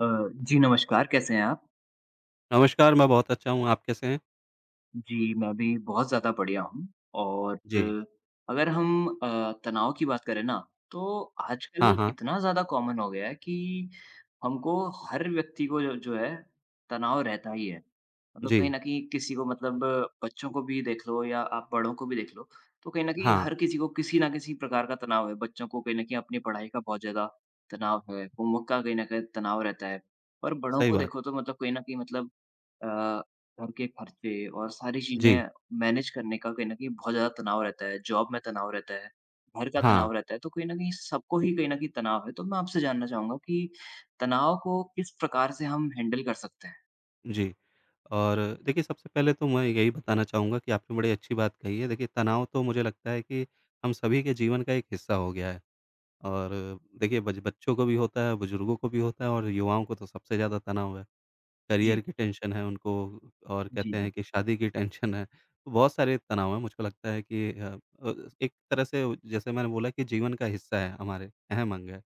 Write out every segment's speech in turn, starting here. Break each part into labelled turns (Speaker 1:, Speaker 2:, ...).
Speaker 1: अ, जी नमस्कार, कैसे हैं आप?
Speaker 2: नमस्कार, मैं बहुत अच्छा हूँ, आप कैसे हैं?
Speaker 1: जी, मैं भी बहुत ज़्यादा बढ़िया हूँ और
Speaker 2: जी।
Speaker 1: अगर हम तनाव की बात करें ना, तो
Speaker 2: हाँ,
Speaker 1: आजकल
Speaker 2: हाँ।
Speaker 1: इतना ज़्यादा कॉमन हो गया है कि हमको हर व्यक्ति को जो जो है, तनाव रहता ही है। मतलब कहीं
Speaker 2: जी।
Speaker 1: न कहीं किसी को मतलब बच्चों को भी देख लो या आप बड़ों को भी देख लो, तो कहीं न कहीं
Speaker 2: हाँ,
Speaker 1: हर किसी को किसी न किसी प्रकार का तनाव है। बच्चों को कहीं न कहीं अपनी पढ़ाई का बहुत ज़्यादा तनाव है, होमवर्क का कहीं न कहीं तनाव रहता है। और बड़ों
Speaker 2: सही
Speaker 1: को
Speaker 2: बात।
Speaker 1: देखो तो मतलब कहीं न कहीं मतलब अ घर के खर्चे और सारी
Speaker 2: जी।
Speaker 1: चीज़ें मैनेज करने का कहीं न कहीं बहुत ज़्यादा तनाव रहता है, जॉब में तनाव रहता है, घर का
Speaker 2: हाँ,
Speaker 1: तनाव रहता है, तो कहीं न कहीं सबको ही कहीं न कहीं तनाव है। तो मैं आपसे जानना चाहूँगा कि तनाव को किस प्रकार से हम हैंडल कर सकते हैं?
Speaker 2: जी। और देखिए, सबसे पहले तो मैं यही बताना चाहूँगा कि आपने बड़ी अच्छी बात कही है। देखिए, तनाव तो मुझे लगता है कि हम सभी के जीवन का एक हिस्सा हो गया है और देखिए, बच बच्चों को भी होता है, बुज़ुर्गों को भी होता है और युवाओं को तो सबसे ज़्यादा तनाव है। करियर
Speaker 1: जी।
Speaker 2: की टेंशन है उनको और
Speaker 1: जी,
Speaker 2: कहते हैं
Speaker 1: जी।
Speaker 2: कि शादी की टेंशन है। तो बहुत सारे तनाव हैं, मुझको लगता है कि एक तरह से जैसे मैंने बोला कि जीवन का हिस्सा है हमारे, अहम अंग है।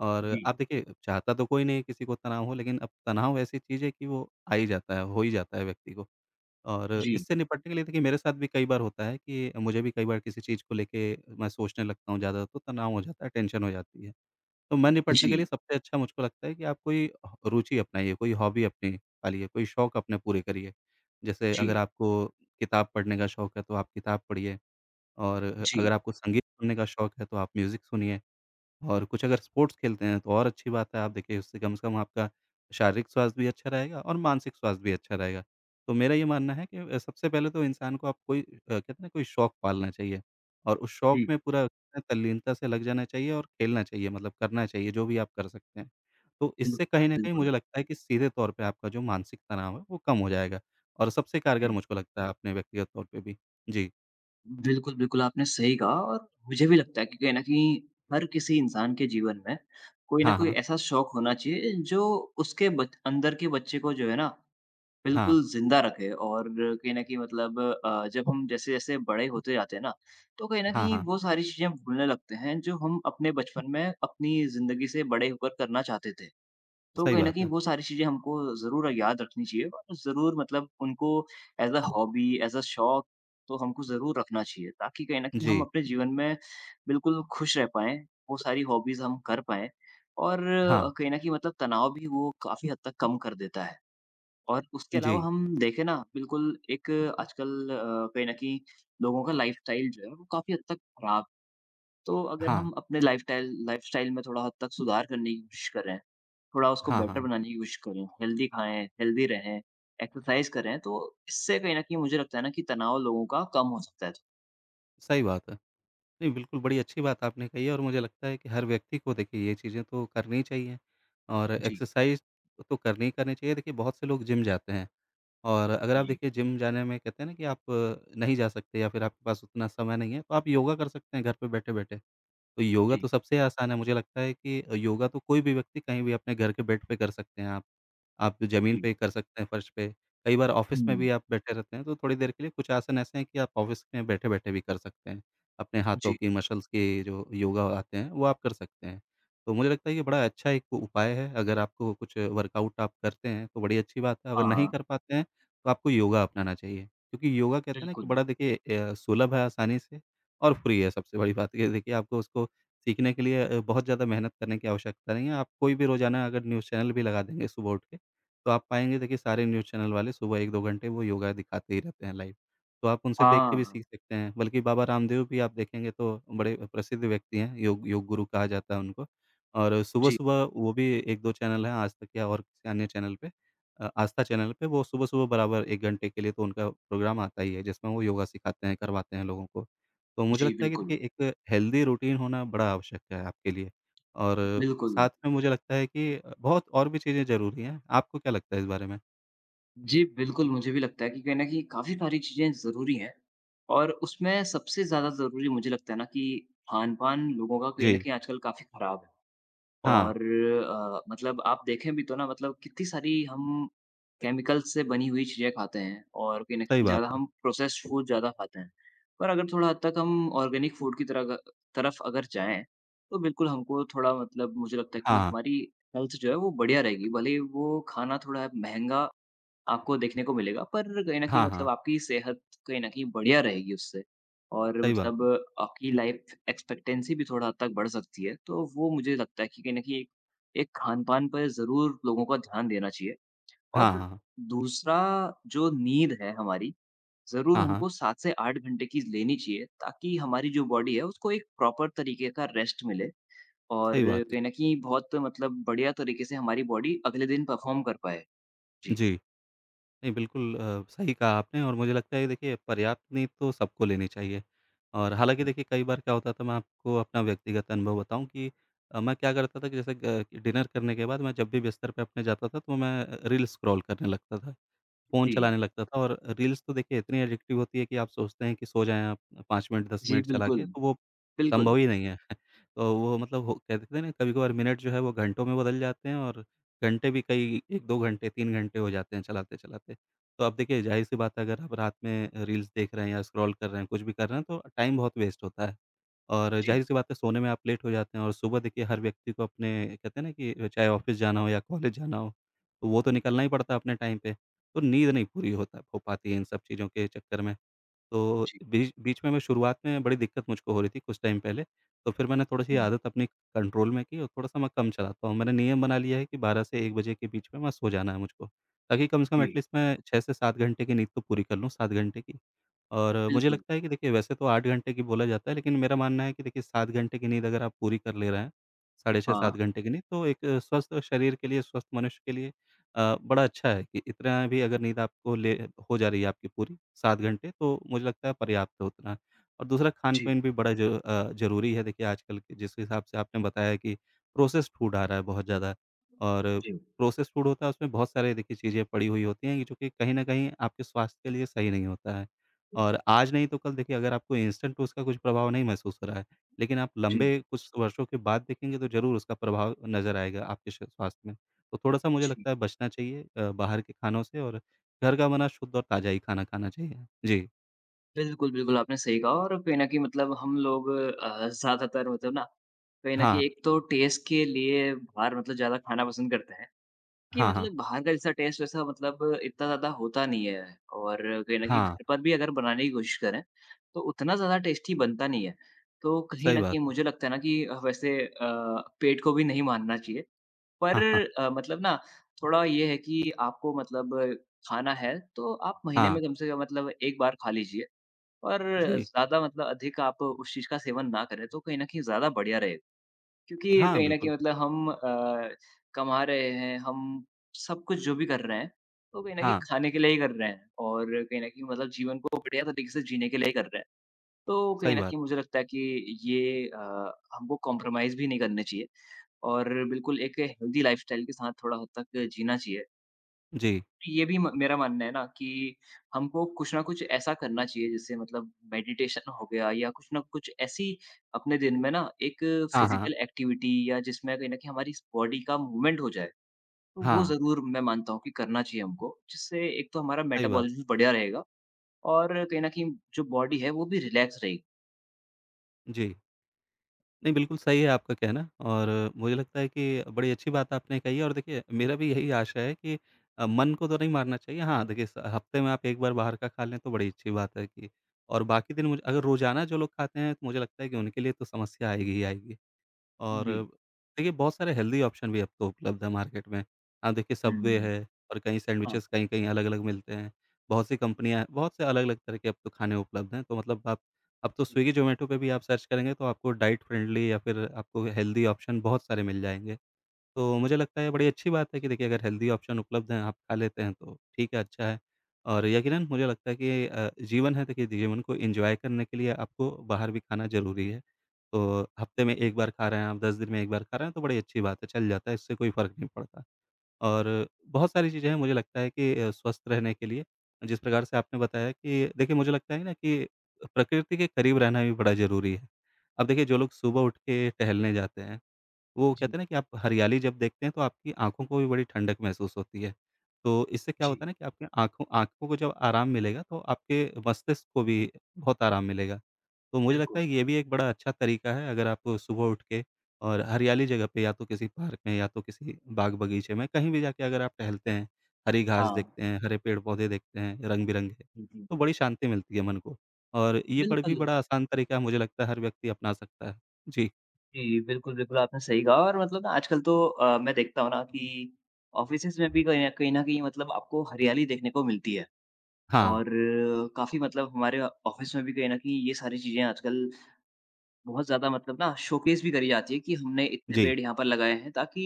Speaker 2: और
Speaker 1: जी,
Speaker 2: आप देखिए, चाहता तो कोई नहीं है किसी को तनाव हो, लेकिन अब तनाव ऐसी चीज़ है कि वो आ ही जाता है, हो ही जाता है व्यक्ति को। और
Speaker 1: जी,
Speaker 2: इससे निपटने के लिए देखिए मेरे साथ भी कई बार होता है कि मुझे भी कई बार किसी चीज़ को लेके मैं सोचने लगता हूँ ज़्यादा तो तनाव हो जाता है, टेंशन हो जाती है। तो मैं निपटने के लिए
Speaker 1: जी,
Speaker 2: सबसे अच्छा मुझको लगता है कि आप कोई ह रुचि अपनाइए, कोई हॉबी अपनी पालिए, कोई शौक अपने पूरे करिए। जैसे अगर
Speaker 1: जी,
Speaker 2: आपको किताब पढ़ने का शौक है, तो आप किताब पढ़िए और अगर
Speaker 1: जी,
Speaker 2: आपको संगीत सुनने का शौक है, तो आप म्यूज़िक सुनिए। और कुछ अगर स्पोर्ट्स खेलते हैं तो और अच्छी बात है, आप देखिए उससे कम से कम आपका शारीरिक स्वास्थ्य भी अच्छा रहेगा और मानसिक स्वास्थ्य भी अच्छा रहेगा। तो मेरा ये मानना है कि सबसे पहले तो इंसान को आप कोई कहते हैं ना कोई शौक पालना चाहिए और उस शौक
Speaker 1: जी।
Speaker 2: में पूरा तल्लीनता से लग जाना चाहिए और खेलना चाहिए मतलब करना चाहिए जो भी आप कर सकते हैं। तो
Speaker 1: बिल्कुल,
Speaker 2: इससे कहीं न कहीं
Speaker 1: बिल्कुल।
Speaker 2: मुझे लगता है कि सीधे तौर पे आपका जो मानसिक तनाव है वो कम हो जाएगा और सबसे कारगर
Speaker 1: जी।
Speaker 2: मुझको लगता है अपने व्यक्तिगत तौर पे भी। जी।
Speaker 1: बिल्कुल, बिल्कुल आपने सही कहा और मुझे भी लगता है कि कहीं न कहीं हर किसी इंसान के जीवन में कोई न
Speaker 2: हाँ,
Speaker 1: कोई
Speaker 2: हाँ।
Speaker 1: ऐसा शौक होना चाहिए जो उसके बच अंदर के बच्चे को जो है ना
Speaker 2: हाँ।
Speaker 1: बिल्कुल ज़िंदा रखे और कहीं न कहीं मतलब जब हम जैसे-जैसे बड़े होते जाते हैं ना, तो कहीं न
Speaker 2: हाँ,
Speaker 1: कहीं
Speaker 2: हाँ।
Speaker 1: वो सारी चीज़ें हम भूलने लगते हैं जो हम अपने बचपन में अपनी ज़िंदगी से बड़े होकर करना चाहते थे।
Speaker 2: हाँ,
Speaker 1: तो
Speaker 2: सही
Speaker 1: कहीं न
Speaker 2: बात
Speaker 1: कहीं
Speaker 2: है।
Speaker 1: वो सारी चीज़ें हमको ज़रूर याद रखनी चाहिए और ज़रूर मतलब उनको as a hobby, as a शौक तो हमको ज़रूर रखना चाहिए ताकि कहीं न कहीं हम
Speaker 2: जी।
Speaker 1: अपने जीवन में बिल्कुल खुश रह पाएँ, वो सारी हॉबीज़ हम कर पाएँ और
Speaker 2: हाँ।
Speaker 1: कहीं न कहीं मतलब तनाव भी वो काफ़ी हद तक कम कर देता है। और उसके
Speaker 2: जी।
Speaker 1: अलावा हम देखें ना बिल्कुल एक आजकल कहीं न कहीं लोगों का लाइफ़स्टाइल जो है वो काफ़ी हद तक खराब तो अगर
Speaker 2: हाँ,
Speaker 1: हम अपने लाइफ़स्टाइल लाइफ़स्टाइल में थोड़ा हद तक सुधार करने की कोशिश करें, थोड़ा उसको
Speaker 2: हाँ,
Speaker 1: बेटर
Speaker 2: हाँ,
Speaker 1: बनाने की कोशिश करें, हेल्दी खाएँ, हेल्दी रहें, एक्सरसाइज़ करें, तो इससे कहीं न कहीं मुझे लगता है ना कि तनाव लोगों का कम हो सकता है।
Speaker 2: सही बात है। नहीं, बिल्कुल बड़ी अच्छी बात आपने कही है और मुझे लगता है कि हर व्यक्ति को देखिए ये चीज़ें तो करनी ही चाहिए और
Speaker 1: जी।
Speaker 2: एक्सरसाइज़ तो करनी ही करनी चाहिए। देखिए बहुत से लोग जिम जाते हैं और अगर आप
Speaker 1: जी,
Speaker 2: देखिए जिम जाने में कहते हैं ना कि आप नहीं जा सकते या फिर आपके पास उतना समय नहीं है, तो आप योगा कर सकते हैं घर पे बैठे-बैठे। तो योगा
Speaker 1: जी,
Speaker 2: तो सबसे आसान है, मुझे लगता है कि योगा तो कोई भी व्यक्ति कहीं भी अपने घर के बेड पे कर सकते हैं आप। आप ज़मीन
Speaker 1: जी।
Speaker 2: पे कर सकते हैं, फर्श पे। कई बार ऑफ़िस में
Speaker 1: हुँ।
Speaker 2: भी आप बैठे रहते हैं, तो थोड़ी देर के लिए कुछ आसन ऐसे हैं कि आप ऑफ़िस में बैठे-बैठे भी कर सकते हैं। अपने हाथों
Speaker 1: जी।
Speaker 2: की मसल्स के जो योगा आते हैं, वो आप कर सकते हैं। तो मुझे लगता है ये बड़ा अच्छा एक उपाय है, अगर आपको कुछ वर्कआउट आप करते हैं, तो बड़ी अच्छी बात है। अगर नहीं
Speaker 1: हाँ,
Speaker 2: कर पाते हैं, तो आपको योगा अपनाना चाहिए। क्योंकि योगा कहते हैं ना कि
Speaker 1: बिल्कुल।
Speaker 2: बड़ा देखिए सुलभ है आसानी से और फ्री है, सबसे बड़ी बात ये देखिए आपको उसको सीखने के लिए बहुत ज़्यादा मेहनत करने की आवश्यकता नहीं है। आप कोई भी रोज़ाना अगर न्यूज़ चैनल भी लगा देंगे सुबह उठ के तो आप पाएँगे देखिए सारे न्यूज़ चैनल वाले सुबह 1-2 घंटे वो योगा दिखाते ही रहते हैं लाइव। तो आप उनसे देख के भी
Speaker 1: हाँ।
Speaker 2: सीख सकते हैं। बल्कि बाबा रामदेव भी आप देखेंगे तो बड़े प्रसिद्ध व्यक्ति हैं, योग योग गुरु कहा जाता है उनको। और
Speaker 1: जी,
Speaker 2: सुबह-सुबह वो भी 1-2 चैनल हैं, आज तक या और किसी अन्य चैनल पे आस्था चैनल पे वो सुबह-सुबह बराबर 1 घंटे के लिए तो उनका प्रोग्राम आता ही है जिसमें वो योगा सिखाते हैं, करवाते हैं लोगों को। तो मुझे
Speaker 1: जी,
Speaker 2: लगता है कि
Speaker 1: बिल्कुल,
Speaker 2: देखिए एक हेल्दी रूटीन होना बड़ा आवश्यक है आपके लिए। और
Speaker 1: बिल्कुल।
Speaker 2: साथ में मुझे लगता है कि बहुत और भी चीज़ें ज़रूरी हैं। आपको क्या लगता है इस बारे में?
Speaker 1: जी, बिल्कुल, मुझे भी लगता है कि कहीं न कहीं काफ़ी सारी चीज़ें ज़रूरी हैं और उसमें सबसे ज़्यादा ज़रूरी मुझे लगता है ना कि खान-पान लोगों का कहीं न
Speaker 2: जी।
Speaker 1: कहीं आजकल काफ़ी ख़राब है
Speaker 2: हाँ,
Speaker 1: और मतलब आप देखें भी तो ना मतलब कितनी सारी हम केमिकल से बनी हुई चीज़ें खाते हैं और कहीं न
Speaker 2: सही
Speaker 1: कहीं
Speaker 2: बात
Speaker 1: ज़्यादा
Speaker 2: है।
Speaker 1: हम प्रोसेस्ड फूड ज़्यादा खाते हैं। पर अगर थोड़ा हद तक हम ऑर्गेनिक फूड की तरफ अगर जाएँ, तो बिल्कुल हमको थोड़ा मतलब मुझे लगता है कि
Speaker 2: हाँ,
Speaker 1: हमारी हेल्थ जो है वो बढ़िया रहेगी। भले ही वो खाना थोड़ा महँगा आपको देखने को मिलेगा पर कहीं न कहीं
Speaker 2: हाँ, हाँ,
Speaker 1: मतलब आपकी सेहत कहीं न कहीं बढ़िया रहेगी उससे और
Speaker 2: सही बात
Speaker 1: मतलब
Speaker 2: है।
Speaker 1: आपकी लाइफ़ एक्सपेक्टेंसी भी थोड़ा हद तक बढ़ सकती है। तो वो मुझे लगता है कि कहीं न कहीं एक एक खान-पान पर ज़रूर लोगों को ध्यान देना चाहिए
Speaker 2: हाँ,
Speaker 1: और
Speaker 2: हाँ,
Speaker 1: दूसरा जो नींद है हमारी, ज़रूर
Speaker 2: हाँ, हाँ,
Speaker 1: हमको 7 से 8 घंटे की लेनी चाहिए ताकि हमारी जो बॉडी है उसको एक प्रॉपर तरीके का रेस्ट मिले और
Speaker 2: सही बात है।
Speaker 1: कहीं न कहीं बहुत मतलब बढ़िया तरीके से हमारी बॉडी अगले दिन परफ़ॉर्म कर पाए। जी।
Speaker 2: जी, नहीं बिल्कुल सही कहा आपने और मुझे लगता है कि देखिए पर्याप्त नींद तो सबको लेनी चाहिए। और हालाँकि
Speaker 1: हुँ।
Speaker 2: देखिए कई बार क्या होता था, मैं आपको अपना व्यक्तिगत अनुभव बताऊँ कि मैं क्या करता था कि जैसे ग डिनर करने के बाद मैं जब भी बिस्तर पे अपने जाता था तो मैं रील स्क्रॉल करने लगता था। फ़ोन
Speaker 1: जी।
Speaker 2: चलाने लगता था और रील्स तो देखिए इतनी एडिक्टिव होती है कि आप सोचते हैं कि सो जाएँ आप 5 मिनट 10
Speaker 1: जी,
Speaker 2: मिनट चला के,
Speaker 1: बिल्कुल,
Speaker 2: तो वो
Speaker 1: बिल्कुल।
Speaker 2: संभव ही नहीं है। तो वो मतलब हो कहते थे ना कभी-कभार मिनट जो है वो घंटों में बदल जाते हैं और घंटे भी कई 1-2 घंटे 3 घंटे हो जाते हैं चलाते-चलाते। तो अब देखिए ज़ाहिर-सी बात है, अगर आप रात में रील्स देख रहे हैं या स्क्रॉल कर रहे हैं, कुछ भी कर रहे हैं तो टाइम बहुत वेस्ट होता है। और
Speaker 1: जी,
Speaker 2: ज़ाहिर-सी बात है सोने में आप लेट हो जाते हैं और सुबह देखिए हर व्यक्ति को अपने कहते हैं ना कि चाहे ऑफ़िस जाना हो या कॉलेज जाना हो, तो वो तो निकलना ही पड़ता है अपने टाइम पे। तो नींद नहीं पूरी होता हो पाती है इन सब चीज़ों के चक्कर में। तो
Speaker 1: जी।
Speaker 2: बीच बीच में मैं शुरुआत में बड़ी दिक्कत मुझको हो रही थी कुछ टाइम पहले, तो फिर मैंने थोड़ी-सी
Speaker 1: हुँ,
Speaker 2: आदत अपनी कंट्रोल में की और थोड़ा-सा मैं कम चलाता हूँ। मैंने नियम बना लिया है कि 12 से 1 बजे के बीच में मैं सो जाना है मुझको, ताकि कम से कम
Speaker 1: जी।
Speaker 2: एटलीस्ट मैं 6 से 7 घंटे की नींद तो पूरी कर लूँ, 7 घंटे की। और मुझे
Speaker 1: बिल्कुल,
Speaker 2: लगता है कि देखिए वैसे तो 8 घंटे की बोला जाता है, लेकिन मेरा मानना है कि देखिए 7 घंटे की नींद अगर आप पूरी कर ले रहे हैं, साढ़े
Speaker 1: हाँ।
Speaker 2: 6-7 घंटे की नींद तो एक स्वस्थ शरीर के लिए, स्वस्थ मनुष्य के लिए बड़ा अच्छा है कि इतना भी अगर नींद आपको ले हो जा रही है आपकी पूरी 7 घंटे तो मुझे लगता है पर्याप्त है उतना। और दूसरा
Speaker 1: जी,
Speaker 2: खान-पान भी बड़ा ज़रूरी है, देखिए आजकल के जिस हिसाब से आपने बताया कि प्रोसेस्ड फूड आ रहा है बहुत ज़्यादा और
Speaker 1: जी,
Speaker 2: प्रोसेस्ड फूड होता है उसमें बहुत सारे देखिए चीज़ें पड़ी हुई होती हैं, कि जो कि कहीं न कहीं आपके स्वास्थ्य के लिए सही नहीं होता है। और आज नहीं तो कल देखिए अगर आपको इंस्टेंट उसका कुछ प्रभाव नहीं महसूस हो रहा है, लेकिन आप
Speaker 1: जी।
Speaker 2: लंबे कुछ वर्षों के बाद देखेंगे तो ज़रूर उसका प्रभाव नज़र आएगा आपके श स्वास्थ्य में। तो थोड़ा-सा मुझे
Speaker 1: जी,
Speaker 2: लगता है बचना चाहिए बाहर के खानों से और घर का बना शुद्ध और ताज़ा ही खाना खाना चाहिए। जी।
Speaker 1: बिल्कुल, बिल्कुल, आपने सही कहा और कहीं न कहीं मतलब हम लोग ज़्यादातर मतलब ना, कहीं न कहीं
Speaker 2: हाँ,
Speaker 1: एक तो टेस्ट के लिए बाहर मतलब ज़्यादा खाना पसंद करते हैं कि
Speaker 2: हाँ, हाँ।
Speaker 1: मतलब बाहर का जैसा टेस्ट वैसा मतलब इतना ज़्यादा होता नहीं है और कहीं न कहीं
Speaker 2: हाँ,
Speaker 1: घर पर भी अगर बनाने की कोशिश करें, तो उतना ज़्यादा टेस्टी बनता नहीं है। तो कहीं
Speaker 2: सही
Speaker 1: न
Speaker 2: बात
Speaker 1: कहीं
Speaker 2: है।
Speaker 1: मुझे लगता है ना कि वैसे पेट को भी नहीं मानना चाहिए पर
Speaker 2: हाँ, हाँ,
Speaker 1: मतलब ना थोड़ा ये है कि आपको मतलब खाना है, तो आप महीने
Speaker 2: हाँ।
Speaker 1: में कम से कम मतलब 1 बार खा लीजिए और
Speaker 2: जी।
Speaker 1: ज़्यादा मतलब अधिक आप उस चीज़ का सेवन ना करें, तो कहीं न कहीं ज़्यादा बढ़िया रहेगा। क्योंकि
Speaker 2: हाँ,
Speaker 1: कहीं न कहीं
Speaker 2: बिल्कुल।
Speaker 1: मतलब हम कमा रहे हैं, हम सब कुछ जो भी कर रहे हैं, तो कहीं न कहीं
Speaker 2: हाँ,
Speaker 1: खाने के लिए ही कर रहे हैं और कहीं न कहीं मतलब जीवन को बढ़िया तरीके से जीने के लिए ही कर रहे हैं। तो कहीं
Speaker 2: सही
Speaker 1: न
Speaker 2: बात।
Speaker 1: कहीं मुझे लगता है कि ये हमको कॉम्प्रोमाइज़ भी नहीं करने चाहिए और बिल्कुल एक हेल्दी लाइफ़स्टाइल के साथ थोड़ा हद तक जीना चाहिए।
Speaker 2: जी।
Speaker 1: तो ये भी म मेरा मानना है ना कि हमको कुछ न कुछ ऐसा करना चाहिए जैसे मतलब मेडिटेशन हो गया या कुछ न कुछ ऐसी अपने दिन में ना एक
Speaker 2: हाँ, हाँ।
Speaker 1: फ़िज़िकल एक्टिविटी या जिसमें कहीं न कहीं हमारी बॉडी का मूवमेंट हो जाए, तो वो
Speaker 2: हाँ,
Speaker 1: ज़रूर मैं मानता हूँ कि करना चाहिए हमको। जिससे एक तो हमारा
Speaker 2: सही बात।
Speaker 1: मेटाबॉलिज़्म बढ़िया रहेगा और कहीं न कहीं जो बॉडी है वो भी रिलैक्स रहेगी।
Speaker 2: जी। नहीं, बिल्कुल सही है आपका कहना और मुझे लगता है कि बड़ी अच्छी बात आपने कही है और देखिए मेरा भी यही आशा है कि मन को तो नहीं मारना चाहिए। हाँ, देखिए स हफ़्ते में आप 1 बार बाहर का खा लें तो बड़ी अच्छी बात है कि, और बाकी दिन मुझे अगर रोज़ाना जो लोग खाते हैं तो मुझे लगता है कि उनके लिए तो समस्या आएगी ही आएगी। और
Speaker 1: जी।
Speaker 2: देखिए बहुत सारे हेल्दी ऑप्शन भी अब तो उपलब्ध है मार्केट में। आप देखिए सबवे
Speaker 1: हुँ।
Speaker 2: है और कहीं
Speaker 1: हाँ।
Speaker 2: सैंडविचेज़ कहीं-कहीं अलग-अलग मिलते हैं। बहुत सी कंपनियाँ हैं, बहुत से अलग-अलग तरह के अब तो खाने उपलब्ध हैं। तो मतलब आप अब तो
Speaker 1: जी,
Speaker 2: स्विगी, ज़ोमैटो पे भी आप सर्च करेंगे तो आपको डाइट फ्रेंडली या फिर आपको हेल्दी ऑप्शन बहुत सारे मिल जाएँगे। तो मुझे लगता है बड़ी अच्छी बात है कि
Speaker 1: जी,
Speaker 2: देखिए अगर हेल्दी ऑप्शन उपलब्ध हैं, आप खा लेते हैं तो ठीक है, अच्छा है। और यकीनन मुझे लगता है कि जीवन है देखिए, जीवन को एन्जॉय करने के लिए आपको बाहर भी खाना ज़रूरी है। तो हफ़्ते में 1 बार खा रहे हैं आप, 10 दिन में 1 बार खा रहे हैं तो बड़ी अच्छी बात है, चल जाता है, इससे कोई फ़र्क नहीं पड़ता। और बहुत सारी चीज़ें हैं मुझे लगता है कि स्वस्थ रहने के लिए जिस प्रकार से आपने बताया कि देखिए मुझे लगता है ना कि प्रकृति के करीब रहना भी बड़ा ज़रूरी है। अब देखिए जो लोग सुबह उठ के टहलने जाते हैं वो कहते
Speaker 1: जी,
Speaker 2: हैं ना कि आप हरियाली जब देखते हैं तो आपकी आँखों को भी बड़ी ठंडक महसूस होती है। तो इससे क्या होता है
Speaker 1: जी,
Speaker 2: ना कि आपकी आँखों आँखों को जब आराम मिलेगा तो आपके मस्तिष्क को भी बहुत आराम मिलेगा। तो मुझे लगता
Speaker 1: बिल्कुल।
Speaker 2: है ये भी एक बड़ा अच्छा तरीका है अगर आप सुबह उठ के और हरियाली जगह पे या तो किसी पार्क में या तो किसी बाग-बगीचे में कहीं भी जाके अगर आप टहलते हैं, हरी घास
Speaker 1: हाँ,
Speaker 2: देखते हैं, हरे पेड़-पौधे देखते हैं, रंग-बिरंगे,
Speaker 1: जी, जी।
Speaker 2: तो बड़ी शांति मिलती है मन को। और ये बड़ भी
Speaker 1: बिल्कुल,
Speaker 2: बड़ा आसान तरीका है, मुझे लगता है हर व्यक्ति अपना सकता है। जी।
Speaker 1: जी, बिल्कुल, बिल्कुल आपने सही कहा और मतलब ना आजकल तो मैं देखता हूँ ना कि ऑफ़िसेज़ में भी कहीं न कहीं न कहीं मतलब आपको हरियाली देखने को मिलती है
Speaker 2: हाँ।
Speaker 1: और काफ़ी मतलब हमारे ऑफ़िस में भी कहीं न कहीं ये सारी चीज़ें आजकल बहुत ज़्यादा मतलब ना शोकेस भी करी जाती है कि हमने इतने
Speaker 2: जी।
Speaker 1: पेड़ यहाँ पर लगाए हैं ताकि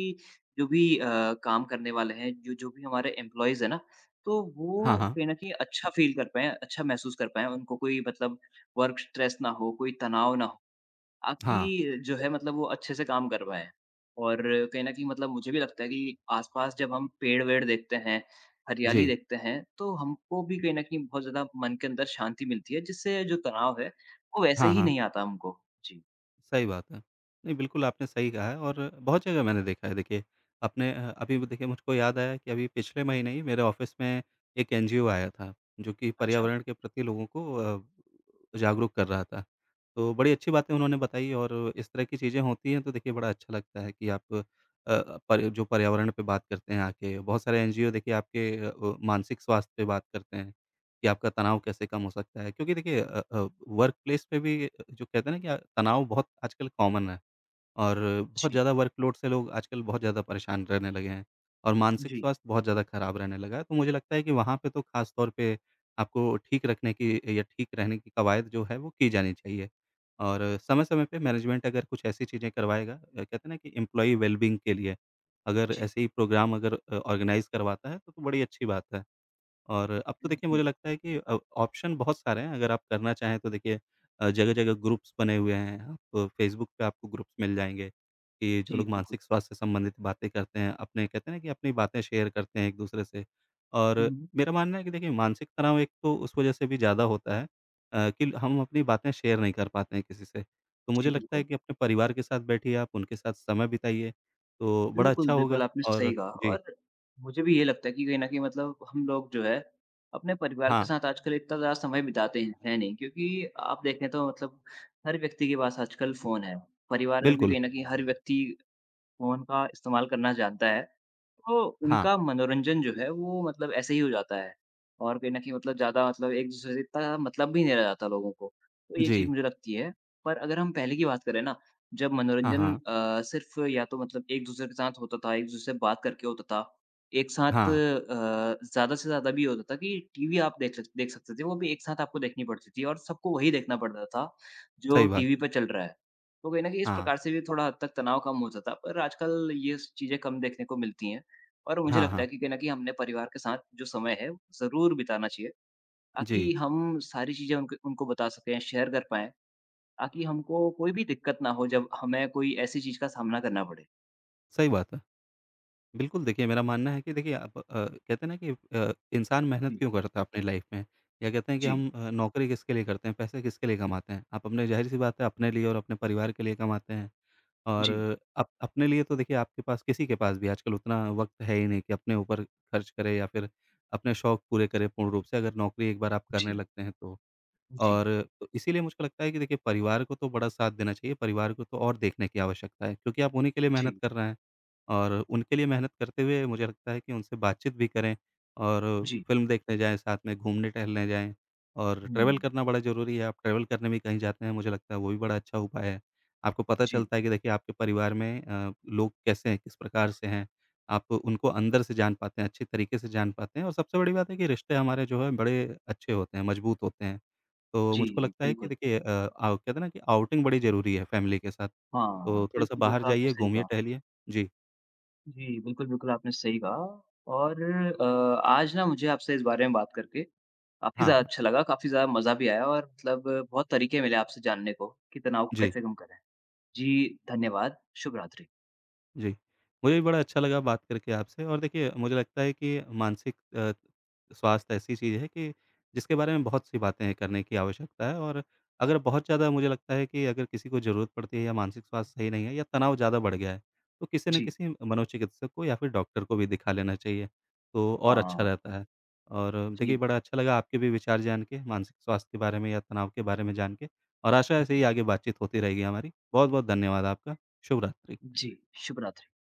Speaker 1: जो भी काम करने वाले हैं, जो जो भी हमारे एम्प्लॉइज़ हैं ना, तो
Speaker 2: हाँ,
Speaker 1: वो
Speaker 2: हाँ।
Speaker 1: कहीं न कहीं अच्छा फ़ील कर पाएँ, अच्छा महसूस कर पाएँ, उनको कोई मतलब वर्क स्ट्रेस ना हो, कोई तनाव ना हो,
Speaker 2: हाँ,
Speaker 1: ताकि जो है मतलब वो अच्छे से काम कर पाएँ। और कहीं न कहीं मतलब मुझे भी लगता है कि आस-पास जब हम पेड़-वेड़ देखते हैं, हरियाली
Speaker 2: जी।
Speaker 1: देखते हैं, तो हमको भी कहीं न कहीं बहुत ज़्यादा मन के अंदर शांति मिलती है, जिससे जो तनाव है, वो वैसे
Speaker 2: हाँ,
Speaker 1: ही
Speaker 2: हाँ।
Speaker 1: नहीं आता हमको। जी।
Speaker 2: सही बात है। नहीं, बिल्कुल आपने सही कहा है और बहुत जगह मैंने देखा है देखिए, अपने अभी वो देखिए मुझको याद आया कि अभी पिछले महीने ही मेरे ऑफ़िस में एक एनजीओ आया था, जो कि
Speaker 1: अच्छा,
Speaker 2: पर्यावरण के प्रति लोगों को जागरूक कर रहा था। तो बड़ी अच्छी बातें उन्होंने बताई और इस तरह की चीज़ें होती हैं तो देखिए बड़ा अच्छा लगता है कि पर जो पर्यावरण पे बात करते हैं आके, बहुत सारे एनजीओ देखिए मानसिक स्वास्थ्य पे बात करते हैं, कि आपका तनाव कैसे कम हो सकता है। क्योंकि देखिए, वर्क प्लेस पे भी जो कहते हैं ना कि तनाव बहुत आजकल कॉमन है और बहुत
Speaker 1: जी,
Speaker 2: ज़्यादा वर्कलोड से लोग आजकल बहुत ज़्यादा परेशान रहने लगे हैं और मानसिक
Speaker 1: जी,
Speaker 2: स्वास्थ्य बहुत ज़्यादा खराब रहने लगा है। तो मुझे लगता है कि वहाँ पे तो खास तौर पे आपको ठीक रखने की या ठीक रहने की कवायद जो है वो की जानी चाहिए। और समय-समय पे मैनेजमेंट अगर कुछ ऐसी चीज़ें करवाएगा, कहते हैं ना कि एम्प्लॉयी वेलबींग के लिए अगर
Speaker 1: जी,
Speaker 2: ऐसे ही प्रोग्राम अगर ऑर्गेनाइज़ करवाता है तो बड़ी अच्छी बात है। और अब तो देखिए
Speaker 1: जी,
Speaker 2: मुझे लगता है कि ऑप्शन बहुत सारे हैं अगर आप करना चाहें तो देखिए, जगह-जगह ग्रुप्स बने हुए हैं। आप फ़ेसबुक पे आपको ग्रुप्स मिल जाएँगे कि जो
Speaker 1: जी,
Speaker 2: लोग
Speaker 1: बिल्कुल।
Speaker 2: मानसिक स्वास्थ्य से संबंधित बातें करते हैं, अपने कहते हैं ना कि अपनी बातें शेयर करते हैं एक-दूसरे से। और
Speaker 1: हुँ,
Speaker 2: मेरा मानना है कि देखिए मानसिक तनाव एक तो उस वजह से भी ज़्यादा होता है, कि हम अपनी बातें शेयर नहीं कर पाते हैं किसी से। तो मुझे
Speaker 1: जी,
Speaker 2: लगता है
Speaker 1: बिल्कुल।
Speaker 2: कि अपने परिवार के साथ बैठिए आप, उनके साथ समय बिताइए, तो बड़ा
Speaker 1: बिल्कुल,
Speaker 2: अच्छा
Speaker 1: बिल्कुल,
Speaker 2: होगा
Speaker 1: आपने
Speaker 2: और
Speaker 1: सही कहा
Speaker 2: जी,
Speaker 1: और मुझे भी ये लगता है कि कहीं न कहीं मतलब हम लोग जो है, अपने परिवार के
Speaker 2: हाँ,
Speaker 1: साथ आजकल इतना ज़्यादा समय बिताते हैं, है नहीं क्योंकि आप देखें तो मतलब हर व्यक्ति के पास आजकल फ़ोन है। परिवार में भी
Speaker 2: बिल्कुल।
Speaker 1: कहीं न कहीं हर व्यक्ति फ़ोन का इस्तेमाल करना जानता है, तो
Speaker 2: हाँ,
Speaker 1: उनका मनोरंजन जो है वो मतलब ऐसे ही हो जाता है। और कहीं न कहीं मतलब ज़्यादा मतलब एक-दूसरे से इतना मतलब भी नहीं रह जाता लोगों को, तो ये
Speaker 2: जी।
Speaker 1: चीज़ मुझे लगती है। पर अगर हम पहले की बात करें ना, जब
Speaker 2: हाँ,
Speaker 1: मनोरंजन
Speaker 2: हाँ।
Speaker 1: सिर्फ़ या तो मतलब एक-दूसरे के साथ होता था, एक-दूसरे से बात करके होता था, एक साथ
Speaker 2: हाँ,
Speaker 1: ज़्यादा से ज़्यादा भी होता था कि टीवी आप देख सकते थे, वो भी एक साथ आपको देखनी पड़ती थी और सबको वही देखना पड़ता था,
Speaker 2: सही
Speaker 1: जो
Speaker 2: बात
Speaker 1: टीवी
Speaker 2: है।
Speaker 1: पे चल रहा है। तो कहीं न कहीं इस
Speaker 2: हाँ,
Speaker 1: प्रकार से भी थोड़ा हद तक तनाव कम हो जाता है, पर आजकल ये स चीज़ें कम देखने को मिलती हैं। और मुझे
Speaker 2: हाँ,
Speaker 1: लगता
Speaker 2: हाँ।
Speaker 1: है कि कहीं न कहीं हमने परिवार के साथ जो समय है, ज़रूर बिताना चाहिए,
Speaker 2: जी,
Speaker 1: ताकि हम सारी चीज़ें उनको बता सकें, शेयर कर पाएँ, ताकि हमको कोई भी दिक्कत ना हो जब हमें कोई ऐसी चीज़ का सामना करना पड़े।
Speaker 2: सही बात है। बिल्कुल देखिए मेरा मानना है कि देखिए आप, कहते हैं ना कि अ, इंसान मेहनत
Speaker 1: जी,
Speaker 2: क्यों करता है अपनी लाइफ़ में? या कहते हैं कि
Speaker 1: जी,
Speaker 2: हम नौकरी किसके लिए करते हैं, पैसे किसके लिए कमाते हैं? आप अपने ज़ाहिर-सी बात है अपने लिए और अपने परिवार के लिए कमाते हैं। और
Speaker 1: जी,
Speaker 2: अप अपने लिए तो देखिए आपके पास किसी के पास भी आजकल उतना वक़्त है ही नहीं कि अपने ऊपर खर्च करे या फिर अपने शौक पूरे करे पूर्ण रूप से अगर नौकरी एक बार आप करने
Speaker 1: जी,
Speaker 2: लगते हैं तो।
Speaker 1: जी,
Speaker 2: और तो इसीलिए मुझको लगता है कि देखिए परिवार को तो बड़ा साथ देना चाहिए, परिवार को तो और देखने की आवश्यकता है क्योंकि आप उन्हीं के लिए मेहनत
Speaker 1: जी,
Speaker 2: कर रहे हैं और उनके लिए मेहनत करते हुए मुझे लगता है कि उनसे बातचीत भी करें और
Speaker 1: जी,
Speaker 2: फ़िल्म देखने जाएँ, साथ में घूमने-टहलने जाएँ और ट्रैवल
Speaker 1: हुँ,
Speaker 2: करना बड़ा ज़रूरी है। आप ट्रैवल करने भी कहीं जाते हैं, मुझे लगता है वो भी बड़ा अच्छा उपाय है। आपको पता
Speaker 1: जी,
Speaker 2: चलता है कि देखिए आपके परिवार में लोग कैसे हैं, किस प्रकार से हैं, आप उनको अंदर से जान पाते हैं, अच्छे तरीके से जान पाते हैं और सबसे बड़ी बात है कि रिश्ते हमारे जो है बड़े अच्छे होते हैं, मज़बूत होते हैं। तो
Speaker 1: जी,
Speaker 2: मुझको लगता है कि
Speaker 1: बिल्कुल।
Speaker 2: देखिए अ, आउ कहते हैं ना कि आउटिंग बड़ी ज़रूरी है फैमिली के साथ,
Speaker 1: हाँ,
Speaker 2: तो थोड़ा-सा
Speaker 1: बिल्कुल,
Speaker 2: बाहर
Speaker 1: बिल्कुल आपने
Speaker 2: जाइए,
Speaker 1: सही
Speaker 2: घूमिए,
Speaker 1: कहा।
Speaker 2: टहलिए। जी,
Speaker 1: जी, बिल्कुल, बिल्कुल आपने सही कहा और आज ना मुझे आपसे इस बारे में बात करके काफ़ी
Speaker 2: हाँ,
Speaker 1: ज़्यादा
Speaker 2: हाँ।
Speaker 1: अच्छा लगा, काफ़ी ज़्यादा मज़ा भी आया और मतलब बहुत तरीके मिले आपसे जानने को कि तनाव को
Speaker 2: जी।
Speaker 1: कैसे कम करें। जी, धन्यवाद। शुभ रात्रि।
Speaker 2: जी। मुझे भी बड़ा अच्छा लगा बात करके आपसे और देखिए मुझे लगता है कि मानसिक स्वास्थ्य ऐसी चीज़ है कि जिसके बारे में बहुत-सी बातें हैं करने की आवश्यकता है और अगर बहुत ज़्यादा मुझे लगता है कि अगर किसी को ज़रूरत पड़ती है या मानसिक स्वास्थ्य सही नहीं है या तनाव ज़्यादा बढ़ गया है, तो किसी न
Speaker 1: जी,
Speaker 2: किसी मनोचिकित्सक को या फिर डॉक्टर को भी दिखा लेना चाहिए, तो और अच्छा
Speaker 1: हाँ।
Speaker 2: रहता है। और देखिए
Speaker 1: जी,
Speaker 2: बड़ा अच्छा लगा आपके भी विचार जान के मानसिक स्वास्थ्य के बारे में या तनाव के बारे में जान के और आशा है ऐसे
Speaker 1: जी,
Speaker 2: ही आगे बातचीत होती रहेगी हमारी। बहुत-बहुत धन्यवाद आपका। शुभ रात्रि।
Speaker 1: जी, शुभ रात्रि।